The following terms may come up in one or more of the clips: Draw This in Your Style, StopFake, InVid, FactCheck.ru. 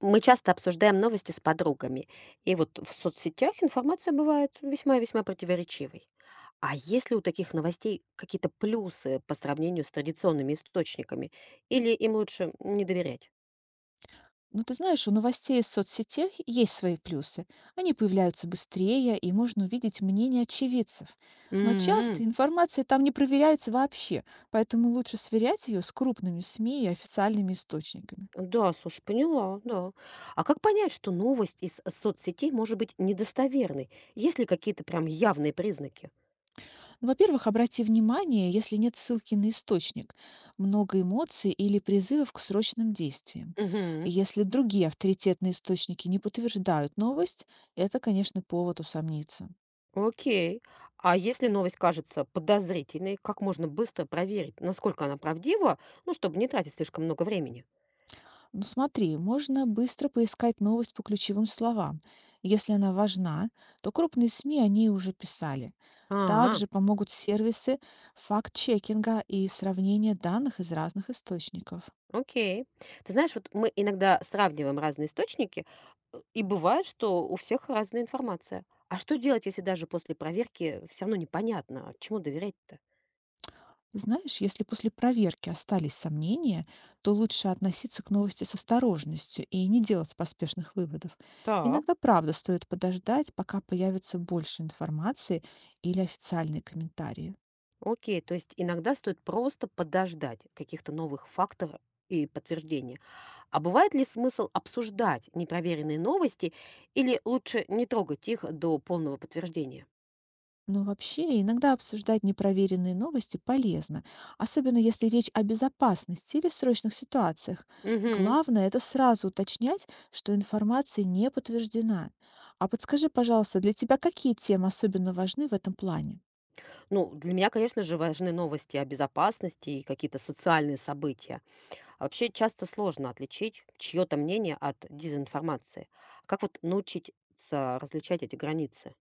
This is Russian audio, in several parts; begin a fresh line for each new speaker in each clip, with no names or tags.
Мы часто обсуждаем новости с подругами, и вот в соцсетях информация бывает весьма противоречивой. А есть ли у таких новостей какие-то плюсы по сравнению с традиционными источниками? Или им лучше не доверять?
Ну, ты знаешь, у новостей из соцсетей есть свои плюсы. Они появляются быстрее, и можно увидеть мнение очевидцев. Но часто
М.
информация там не проверяется вообще, поэтому лучше сверять ее с крупными СМИ и официальными источниками.
Да, слушай, поняла, да. А как понять, что новость из соцсетей может быть недостоверной? Есть ли какие-то прям явные признаки?
Ну, во-первых, обрати внимание, если нет ссылки на источник, много эмоций или призывов к срочным действиям.
Мгм.
Если другие авторитетные источники не подтверждают новость, это, конечно, повод усомниться.
Окей. А если новость кажется подозрительной, как можно быстро проверить, насколько она правдива, ну, чтобы не тратить слишком много времени?
Ну смотри, можно быстро поискать новость по ключевым словам. Если она важна, то крупные СМИ о ней уже писали.
А,
Также помогут сервисы факт-чекинга и сравнения данных из разных источников.
окей. Ты знаешь, вот мы иногда сравниваем разные источники, и бывает, что у всех разная информация. А что делать, если даже после проверки все равно непонятно, а чему доверять-то?
Знаешь, если после проверки остались сомнения, то лучше относиться к новости с осторожностью и не делать поспешных выводов.
Так,
Иногда, правда, стоит подождать, пока появится больше информации или официальные комментарии.
окей. То есть иногда стоит просто подождать каких-то новых факторов и подтверждения. А бывает ли смысл обсуждать непроверенные новости или лучше не трогать их до полного подтверждения?
Но вообще иногда обсуждать непроверенные новости полезно, особенно если речь о безопасности или срочных ситуациях.
Мгм.
Главное — это сразу уточнять, что информация не подтверждена. А подскажи, пожалуйста, для тебя какие темы особенно важны в этом плане?
Ну, для меня, конечно же, важны новости о безопасности и какие-то социальные события. А вообще часто сложно отличить чье-то мнение от дезинформации. Как вот научиться различать эти границы?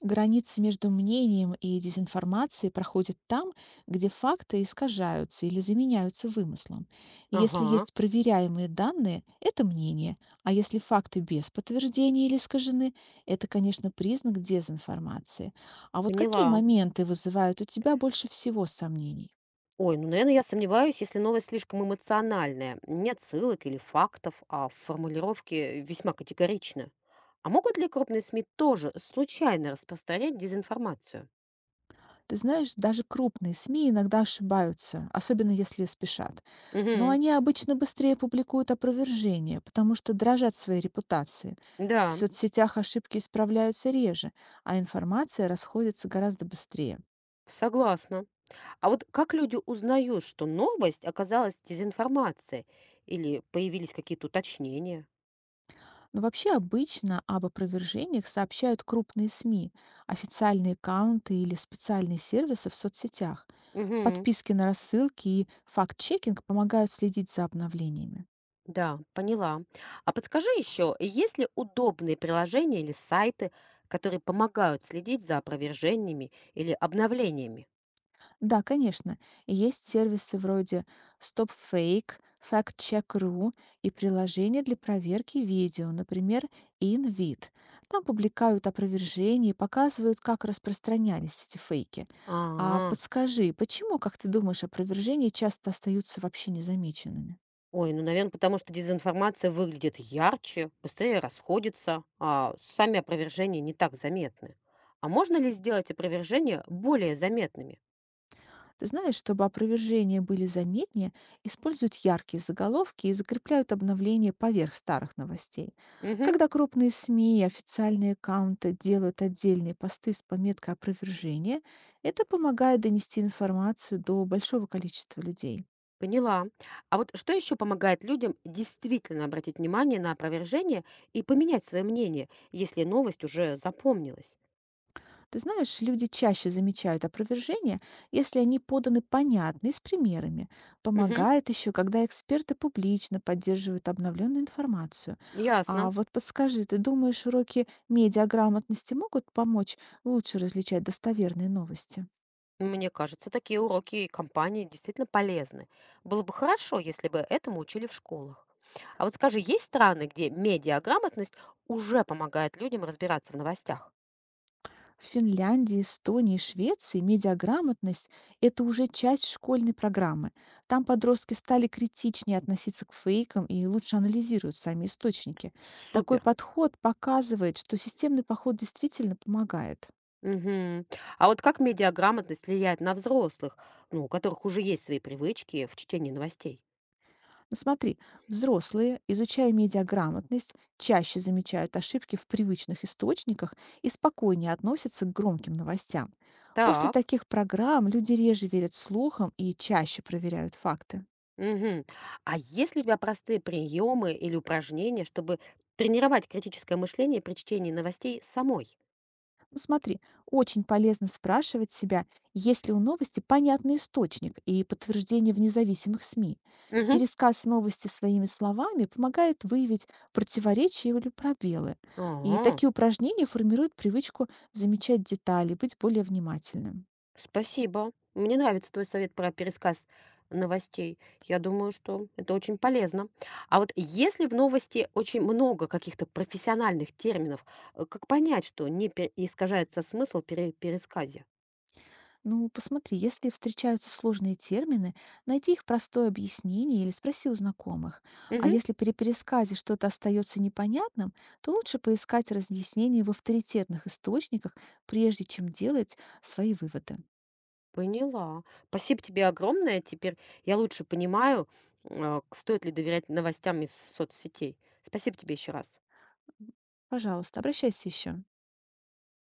Граница между мнением и дезинформацией проходит там, где факты искажаются или заменяются вымыслом. Если
Ага,
есть проверяемые данные, это мнение, а если факты без подтверждения или искажены, это, конечно, признак дезинформации. А вот какие
поняла.
моменты вызывают у тебя больше всего сомнений?
Ой, ну, наверное, я сомневаюсь, если новость слишком эмоциональная. Нет ссылок или фактов, а формулировки весьма категоричны. А могут ли крупные СМИ тоже случайно распространять дезинформацию?
Ты знаешь, даже крупные СМИ иногда ошибаются, особенно если спешат. Но
Мгм.
они обычно быстрее публикуют опровержение, потому что дрожат своей репутации. В
Да,
соцсетях ошибки исправляются реже, а информация расходится гораздо быстрее.
согласна. А вот как люди узнают, что новость оказалась дезинформацией или появились какие-то уточнения?
Но вообще обычно об опровержениях сообщают крупные СМИ, официальные аккаунты или специальные сервисы в соцсетях.
Мгм.
Подписки на рассылки и факт-чекинг помогают следить за обновлениями.
Да, поняла. А подскажи еще, есть ли удобные приложения или сайты, которые помогают следить за опровержениями или обновлениями?
Да, конечно. Есть сервисы вроде StopFake, FactCheck.ru и приложения для проверки видео, например, InVid. Там публикают опровержения и показывают, как распространялись эти фейки. А
А,
подскажи, почему, как ты думаешь, опровержения часто остаются вообще незамеченными?
ой, ну, наверное, потому что дезинформация выглядит ярче, быстрее расходится, а сами опровержения не так заметны. А можно ли сделать опровержения более заметными?
Ты знаешь, чтобы опровержения были заметнее, используют яркие заголовки и закрепляют обновления поверх старых новостей.
Угу,
Когда крупные СМИ и официальные аккаунты делают отдельные посты с пометкой опровержения, это помогает донести информацию до большого количества людей.
поняла. А вот что еще помогает людям действительно обратить внимание на опровержение и поменять свое мнение, если новость уже запомнилась?
Ты знаешь, люди чаще замечают опровержения, если они поданы понятно и с примерами.
Мгм.
Помогает еще, когда эксперты публично поддерживают обновленную информацию.
Ясно.
А вот подскажи, ты думаешь, уроки медиаграмотности могут помочь лучше различать достоверные новости?
Мне кажется, такие уроки и компании действительно полезны. Было бы хорошо, если бы этому учили в школах. А вот скажи, есть страны, где медиаграмотность уже помогает людям разбираться в новостях?
В Финляндии, Эстонии и Швеции медиаграмотность — это уже часть школьной программы. Там подростки стали критичнее относиться к фейкам и лучше анализируют сами источники. Такой
Супер.
подход показывает, что системный подход действительно помогает.
Мгм. А вот как медиаграмотность влияет на взрослых, ну, у которых уже есть свои привычки в чтении новостей?
Но смотри, взрослые, изучая медиаграмотность, чаще замечают ошибки в привычных источниках и спокойнее относятся к громким новостям. После
Так.
таких программ люди реже верят слухам и чаще проверяют факты.
Мгм. А есть ли у тебя простые приемы или упражнения, чтобы тренировать критическое мышление при чтении новостей самой?
Ну, смотри, очень полезно спрашивать себя, есть ли у новости понятный источник и подтверждение в независимых СМИ.
Мгм.
Пересказ новости своими словами помогает выявить противоречия или пробелы. И
А,
такие упражнения формируют привычку замечать детали, быть более внимательным.
спасибо. Мне нравится твой совет про пересказ новостей. Я думаю, что это очень полезно. А вот если в новости очень много каких-то профессиональных терминов, как понять, что не пе- искажается смысл при пересказе?
Ну, посмотри, если встречаются сложные термины, найди их простое объяснение или спроси у знакомых. А
Мгм.
если при пересказе что-то остается непонятным, то лучше поискать разъяснение в авторитетных источниках, прежде чем делать свои выводы.
Поняла. Спасибо тебе огромное. Теперь я лучше понимаю, стоит ли доверять новостям из соцсетей. Спасибо тебе еще раз.
Пожалуйста, обращайся еще.